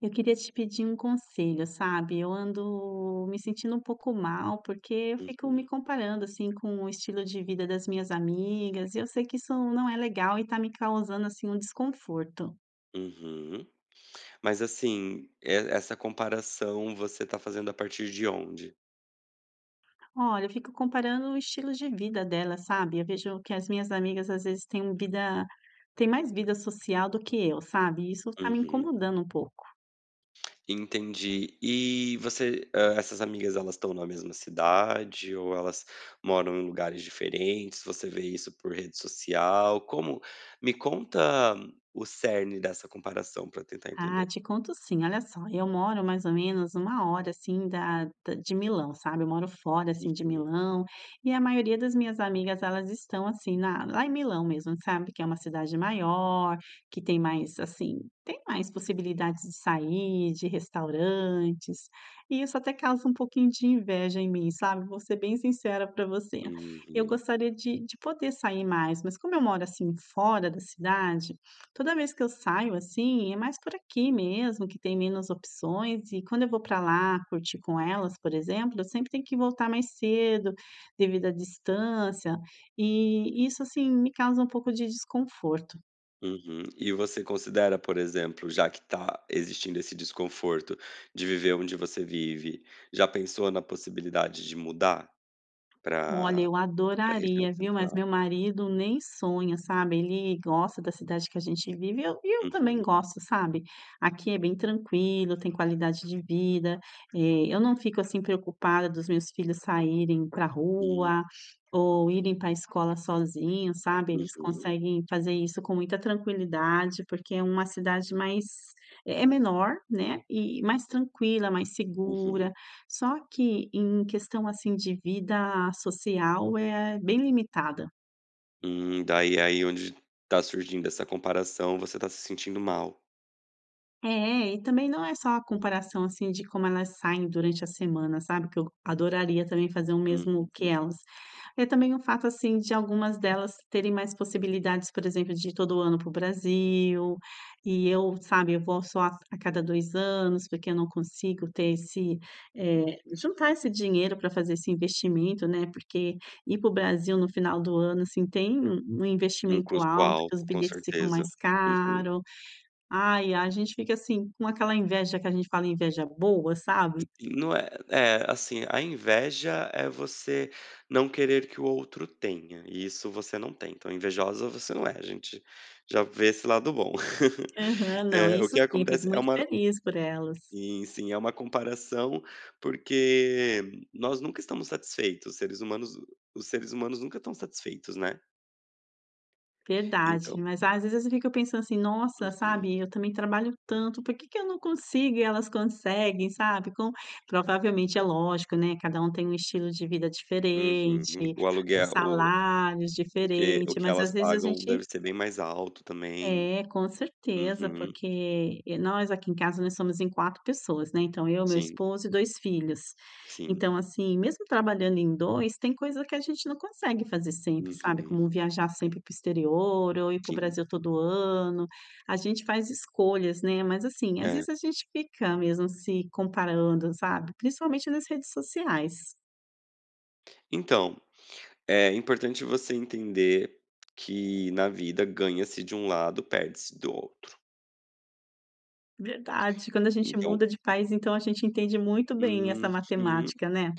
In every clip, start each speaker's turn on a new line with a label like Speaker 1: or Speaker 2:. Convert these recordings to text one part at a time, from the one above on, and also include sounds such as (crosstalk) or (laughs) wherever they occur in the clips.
Speaker 1: Eu queria te pedir um conselho, sabe? Eu ando me sentindo um pouco mal, porque eu fico me
Speaker 2: Uhum,
Speaker 1: comparando, assim, com o estilo de vida das minhas amigas, e eu sei que isso não é legal e tá me causando, assim, um desconforto.
Speaker 2: uhum. Mas assim, e essa comparação você tá fazendo a partir de onde?
Speaker 1: Olha, eu fico comparando o estilo de vida delas, sabe? Eu vejo que as minhas amigas, às vezes, têm vida, têm mais vida social do que eu, sabe? Isso tá me
Speaker 2: Uhum,
Speaker 1: incomodando um pouco.
Speaker 2: entendi. E você essas amigas elas estão na mesma cidade ou elas moram em lugares diferentes? Você vê isso por rede social? Como me conta o cerne dessa comparação para tentar
Speaker 1: Ah,
Speaker 2: entender.
Speaker 1: te conto sim, olha só, eu moro mais ou menos uma hora, assim, da de Milão, sabe, eu moro fora, assim, de
Speaker 2: Uhum,
Speaker 1: Milão, e a maioria das minhas amigas elas estão, assim, na lá em Milão mesmo, sabe, que é uma cidade maior, que tem mais, assim, tem mais possibilidades de sair, de restaurantes, e isso até causa um pouquinho de inveja em mim, sabe, vou ser bem sincera para você. Eu
Speaker 2: uhum.
Speaker 1: gostaria de poder sair mais, mas como eu moro, assim, fora da cidade, toda vez que eu saio, assim, é mais por aqui mesmo, que tem menos opções, e quando eu vou para lá curtir com elas, por exemplo, eu sempre tenho que voltar mais cedo, devido à distância, e isso, assim, me causa um pouco de desconforto.
Speaker 2: Uhum. E você considera, por exemplo, já que está existindo esse desconforto de viver onde você vive, já pensou na possibilidade de mudar
Speaker 1: Olha,
Speaker 2: para
Speaker 1: eu
Speaker 2: a região
Speaker 1: adoraria, viu, mas
Speaker 2: central?
Speaker 1: meu marido nem sonha, sabe, ele gosta da cidade que a gente vive e eu também
Speaker 2: Uhum.
Speaker 1: gosto, sabe. Aqui é bem tranquilo, tem qualidade de vida, eu não fico, assim, preocupada dos meus filhos saírem pra
Speaker 2: Hum.
Speaker 1: rua ou irem para a escola sozinhos, sabe, eles
Speaker 2: Uhum.
Speaker 1: conseguem fazer isso com muita tranquilidade, porque é uma cidade mais, é menor, né, e mais tranquila, mais
Speaker 2: Uhum.
Speaker 1: segura, só que em questão, assim, de vida social é bem limitada.
Speaker 2: Daí é aí onde está surgindo essa comparação, você está se sentindo mal.
Speaker 1: É, e também não é só a comparação, assim, de como elas saem durante a semana, sabe, que eu adoraria também fazer o
Speaker 2: Hum.
Speaker 1: mesmo que elas. É também o fato, assim, de algumas delas terem mais possibilidades, por exemplo, de ir todo ano para o Brasil, e eu, sabe, eu vou só a cada 2 anos, porque eu não consigo ter esse, juntar esse dinheiro para fazer esse investimento, né, porque ir para o Brasil no final do ano, assim, tem um
Speaker 2: Um
Speaker 1: investimento
Speaker 2: custo
Speaker 1: alto, que os
Speaker 2: alto, com
Speaker 1: bilhetes ficam
Speaker 2: certeza.
Speaker 1: mais
Speaker 2: Uhum.
Speaker 1: caro. Ai, a gente fica assim, com aquela inveja que a gente fala inveja boa, sabe?
Speaker 2: Não, é, assim, a inveja é você não querer que o outro tenha, e isso você não tem, então invejosa você não é, a gente já vê esse lado bom. (laughs)
Speaker 1: Aham, não,
Speaker 2: O
Speaker 1: isso
Speaker 2: que
Speaker 1: sim, eu fico
Speaker 2: acontece é
Speaker 1: muito
Speaker 2: uma
Speaker 1: feliz por elas.
Speaker 2: sim, sim, é uma comparação, porque nós nunca estamos satisfeitos, os seres humanos nunca estão satisfeitos, né.
Speaker 1: Verdade,
Speaker 2: Então
Speaker 1: mas às vezes eu fico pensando assim, nossa,
Speaker 2: uhum,
Speaker 1: sabe, eu também trabalho tanto, por que que eu não consigo e elas conseguem, sabe? Com provavelmente é lógico, né, cada um tem um estilo de vida
Speaker 2: uhum,
Speaker 1: diferente,
Speaker 2: o aluguel
Speaker 1: salários
Speaker 2: o
Speaker 1: diferente,
Speaker 2: que
Speaker 1: mas
Speaker 2: elas
Speaker 1: às vezes a
Speaker 2: pagam
Speaker 1: gente.
Speaker 2: deve ser bem mais alto também.
Speaker 1: É, com certeza,
Speaker 2: Uhum,
Speaker 1: porque nós aqui em casa nós somos em 4 pessoas, né, então eu, meu
Speaker 2: sim,
Speaker 1: esposo e 2 filhos.
Speaker 2: sim.
Speaker 1: Então, assim, mesmo trabalhando em 2 tem coisa que a gente não consegue fazer sempre, sabe,
Speaker 2: Uhum,
Speaker 1: como viajar sempre para o exterior ou ir para o
Speaker 2: sim.
Speaker 1: Brasil todo ano. A gente faz escolhas, né, mas assim, às
Speaker 2: É.
Speaker 1: vezes a gente fica mesmo se comparando, sabe, principalmente nas redes sociais.
Speaker 2: Então, é importante você entender que na vida ganha-se de um lado, perde-se do outro.
Speaker 1: Verdade, quando a gente
Speaker 2: Então
Speaker 1: muda de país, então a gente entende muito bem essa
Speaker 2: uhum.
Speaker 1: matemática, né.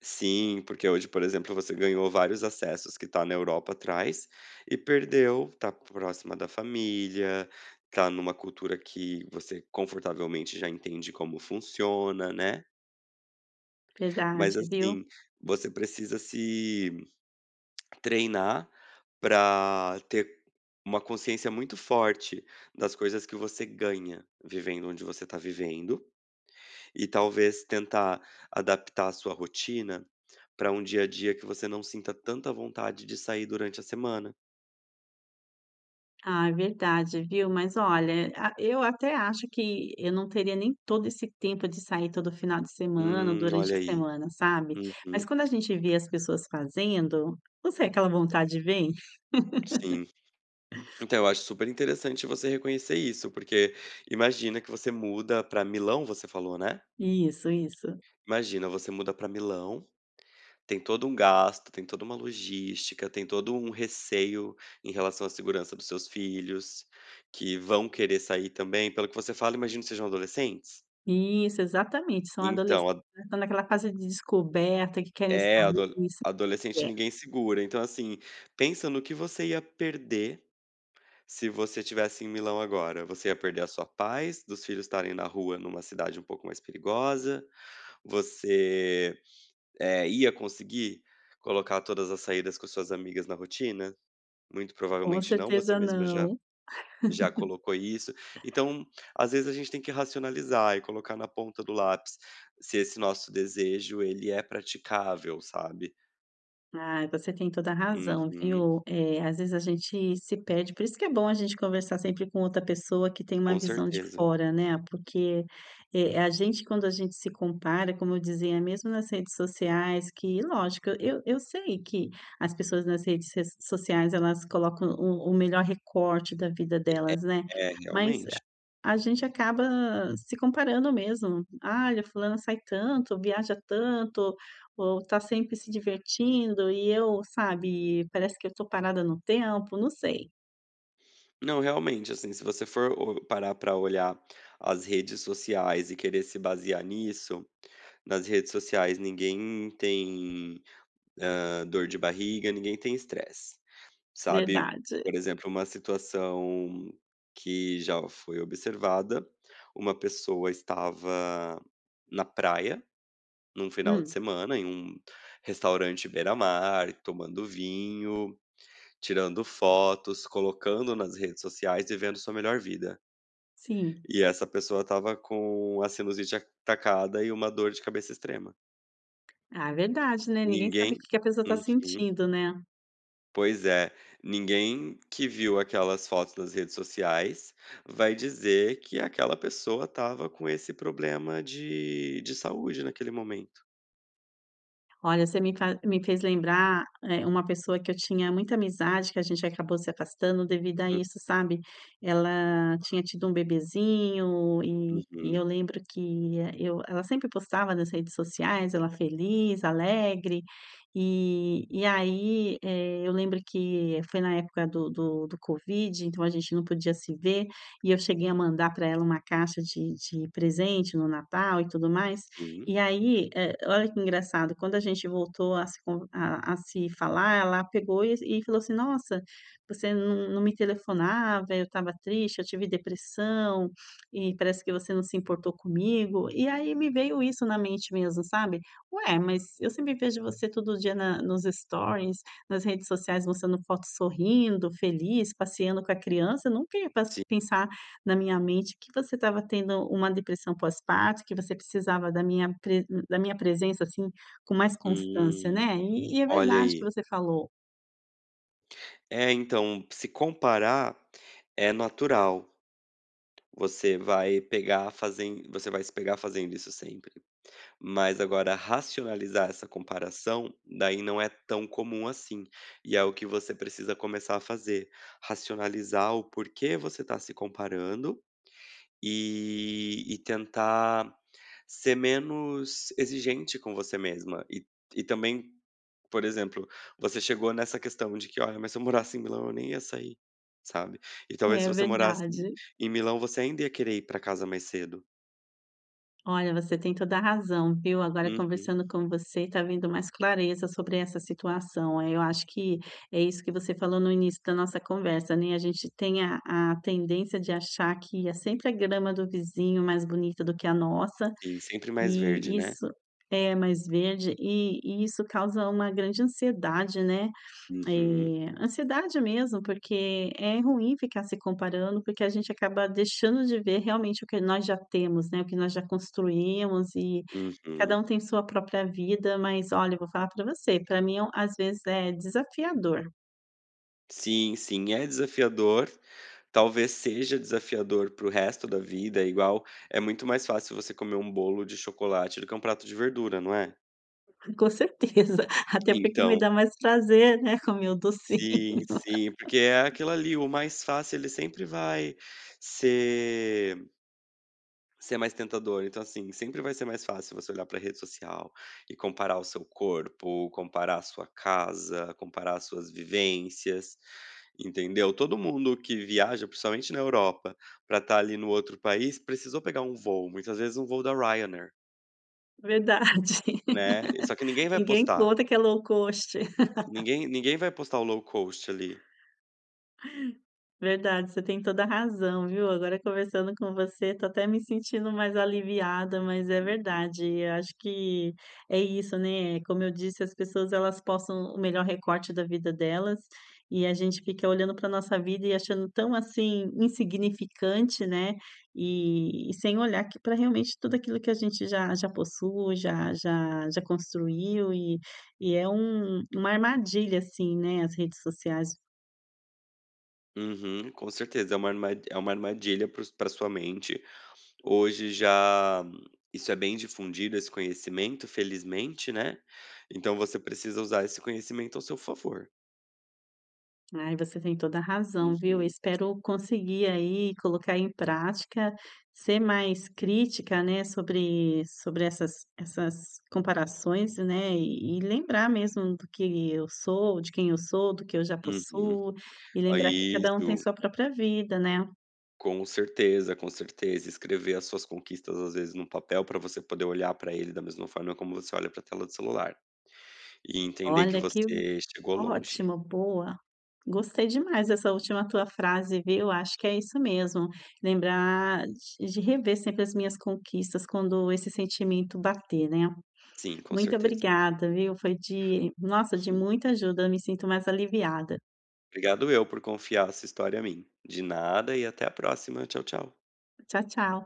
Speaker 2: Sim, porque hoje, por exemplo, você ganhou vários acessos que tá na Europa atrás e perdeu, tá próxima da família, tá numa cultura que você confortavelmente já entende como funciona, né.
Speaker 1: Verdade,
Speaker 2: Mas
Speaker 1: viu.
Speaker 2: assim, você precisa se treinar para ter uma consciência muito forte das coisas que você ganha vivendo onde você está vivendo, e talvez tentar adaptar a sua rotina para um dia a dia que você não sinta tanta vontade de sair durante a semana.
Speaker 1: Ah, é verdade, viu? Mas olha, a eu até acho que eu não teria nem todo esse tempo de sair todo final de semana ou durante
Speaker 2: Olha
Speaker 1: a
Speaker 2: aí.
Speaker 1: semana, sabe. Mas
Speaker 2: Uhum,
Speaker 1: quando a gente vê as pessoas fazendo, não sei, aquela vontade vem.
Speaker 2: sim. Então eu acho super interessante você reconhecer isso, porque imagina que você muda para Milão, você falou, né?
Speaker 1: Isso, isso.
Speaker 2: Imagina, você muda para Milão. Tem todo um gasto, tem toda uma logística, tem todo um receio em relação à segurança dos seus filhos, que vão querer sair também. Pelo que você fala, imagino que sejam adolescentes.
Speaker 1: Isso, exatamente. São adolescentes,
Speaker 2: Então, a
Speaker 1: né, estão naquela fase de descoberta, que querem
Speaker 2: é,
Speaker 1: sair, isso que
Speaker 2: adolescente
Speaker 1: é.
Speaker 2: ninguém segura. Então, assim, pensa no que você ia perder se você estivesse em Milão agora. Você ia perder a sua paz, dos filhos estarem na rua numa cidade um pouco mais perigosa, você, ia conseguir colocar todas as saídas com suas amigas na rotina? Muito
Speaker 1: Com
Speaker 2: provavelmente não, você
Speaker 1: certeza
Speaker 2: mesma já
Speaker 1: não.
Speaker 2: já colocou isso. Então, às vezes a gente tem que racionalizar e colocar na ponta do lápis se esse nosso desejo ele é praticável, sabe.
Speaker 1: Ah, você tem toda a razão,
Speaker 2: Uhum,
Speaker 1: viu. Às vezes a gente se perde, por isso que é bom a gente conversar sempre com outra pessoa que tem uma
Speaker 2: com
Speaker 1: visão de
Speaker 2: certeza.
Speaker 1: fora, né, porque, a gente quando a gente se compara, como eu dizia, mesmo nas redes sociais, que lógico, eu sei que as pessoas nas redes sociais elas colocam o melhor recorte da vida delas, né,
Speaker 2: É,
Speaker 1: mas
Speaker 2: realmente.
Speaker 1: a gente acaba se comparando mesmo. Ah, "Olha, fulana sai tanto, viaja tanto, ou tá sempre se divertindo e eu, sabe, parece que eu tô parada no tempo", não sei.
Speaker 2: Não, realmente, assim, se você for o parar para olhar as redes sociais e querer se basear nisso, nas redes sociais ninguém tem, dor de barriga, ninguém tem estresse. Sabe,
Speaker 1: Verdade.
Speaker 2: por exemplo, uma situação que já foi observada, uma pessoa estava na praia, num final de
Speaker 1: Hum,
Speaker 2: semana, em um restaurante beira-mar, tomando vinho, tirando fotos, colocando nas redes sociais, e vendo sua melhor vida.
Speaker 1: sim.
Speaker 2: E essa pessoa estava com a sinusite atacada e uma dor de cabeça extrema.
Speaker 1: Ah, é verdade, né, ninguém sabe o
Speaker 2: Ninguém
Speaker 1: que que a pessoa tá
Speaker 2: uhum.
Speaker 1: sentindo, né.
Speaker 2: Pois é, ninguém que viu aquelas fotos das redes sociais vai dizer que aquela pessoa estava com esse problema de saúde naquele momento.
Speaker 1: Olha, você me fez lembrar, uma pessoa que eu tinha muita amizade, que a gente acabou se afastando devido a
Speaker 2: Hum,
Speaker 1: isso, sabe. Ela tinha tido um bebezinho e
Speaker 2: uhum,
Speaker 1: eu lembro que eh, eu ela sempre postava nas redes sociais, ela feliz, alegre, e aí, eu lembro que foi na época do covid, então a gente não podia se ver, e eu cheguei a mandar para ela uma caixa de presente no Natal e tudo mais.
Speaker 2: sim,
Speaker 1: E aí, olha que engraçado, quando a gente voltou a se falar, ela pegou e falou assim: "Nossa, você não me telefonava, eu estava triste, eu tive depressão, e parece que você não se importou comigo". E aí me veio isso na mente mesmo, sabe. "Ué, mas eu sempre vejo você todo dia na nos stories, nas redes sociais, mostrando foto sorrindo, feliz, passeando com a criança, eu nunca ia pas
Speaker 2: sim.
Speaker 1: pensar na minha mente que você estava tendo uma depressão pós-parto, que você precisava da minha presença, assim, com mais constância,
Speaker 2: Hum,
Speaker 1: né. E é
Speaker 2: olha
Speaker 1: verdade que
Speaker 2: aí.
Speaker 1: você falou.
Speaker 2: É, então, se comparar é natural, você vai pegar fazendo você vai se pegar fazendo isso sempre. Mas agora racionalizar essa comparação, daí não é tão comum assim, e é o que você precisa começar a fazer, racionalizar o porquê você está se comparando e tentar ser menos exigente com você mesma. E também, por exemplo, você chegou nessa questão de que: "Olha, mas se eu morasse em Milão eu nem ia sair", sabe. E talvez
Speaker 1: É
Speaker 2: se você morasse
Speaker 1: verdade.
Speaker 2: em Milão você ainda ia querer ir para casa mais cedo.
Speaker 1: Olha, você tem toda a razão, viu. Agora
Speaker 2: Uhum,
Speaker 1: conversando com você, está vindo mais clareza sobre essa situação. Eu acho que é isso que você falou no início da nossa conversa, né, a gente tem a tendência de achar que é sempre a grama do vizinho mais bonita do que a nossa.
Speaker 2: sim, sempre mais verde,
Speaker 1: E
Speaker 2: né.
Speaker 1: isso é mais verde e isso causa uma grande ansiedade, né,
Speaker 2: Uhum.
Speaker 1: ansiedade mesmo, porque é ruim ficar se comparando, porque a gente acaba deixando de ver realmente o que nós já temos, né, o que nós já construímos e cada
Speaker 2: Uhum.
Speaker 1: um tem sua própria vida, mas olha, eu vou falar para você, para mim é às vezes é desafiador,
Speaker 2: Sim, sim, é desafiador. Talvez seja desafiador para o resto da vida, é igual é muito mais fácil você comer um bolo de chocolate do que um prato de verdura, não é?
Speaker 1: (laughs) com certeza, até porque me
Speaker 2: Então,
Speaker 1: dá mais prazer, né, comer o docinho,
Speaker 2: sim, sim, porque é aquilo ali, o mais fácil ele sempre vai ser ser mais tentador, então, assim, sempre vai ser mais fácil você olhar para a rede social e comparar o seu corpo, comparar a sua casa, comparar as suas vivências, entendeu. Todo mundo que viaja, principalmente na Europa, para estar ali no outro país, precisou pegar um voo, muitas vezes um voo da Ryanair,
Speaker 1: (laughs) verdade. (laughs)
Speaker 2: né, só que ninguém vai
Speaker 1: Ninguém
Speaker 2: postar,
Speaker 1: conta que é low cost.
Speaker 2: ninguém vai postar o low cost ali.
Speaker 1: Verdade, você tem toda a razão, viu? Agora conversando com você, tô até me sentindo mais aliviada, mas é
Speaker 2: Uhum.
Speaker 1: verdade. Eu acho que é isso, né? Como eu disse, as pessoas elas postam o melhor recorte da vida delas e a gente fica olhando para nossa vida e achando tão assim insignificante, né? E sem olhar que para realmente tudo aquilo que a gente já possui, já construiu e é uma armadilha assim, né? As redes sociais.
Speaker 2: Uhum, com certeza, é uma arma é uma armadilha para sua mente. Hoje já isso é bem difundido, esse conhecimento, felizmente, né, então você precisa usar esse conhecimento ao seu favor.
Speaker 1: Ai, você tem toda a razão, viu. Eu
Speaker 2: Uhum,
Speaker 1: espero conseguir aí colocar em prática, ser mais crítica, né, sobre essas comparações, né, e lembrar mesmo do que eu sou, de quem eu sou, do que eu já
Speaker 2: uhum.
Speaker 1: possuo, e
Speaker 2: Ah,
Speaker 1: lembrar que cada um tem
Speaker 2: isso,
Speaker 1: sua própria vida, né.
Speaker 2: com certeza, com certeza. Escrever as suas conquistas, às vezes, num papel para você poder olhar para ele da mesma forma como você olha para a tela do celular e entender que
Speaker 1: Olha, que
Speaker 2: você chegou longe.
Speaker 1: ótimo, boa. Gostei demais dessa última tua frase, viu. Acho que é isso mesmo, lembrar de rever sempre as minhas conquistas quando esse sentimento bater, né.
Speaker 2: Sim, com
Speaker 1: Muito
Speaker 2: certeza.
Speaker 1: obrigada, viu. Foi de nossa, de
Speaker 2: Sim.
Speaker 1: muita ajuda. Eu me sinto mais aliviada.
Speaker 2: Obrigado eu por confiar essa história a mim. De nada e até a próxima. Tchau, tchau.
Speaker 1: Tchau, tchau.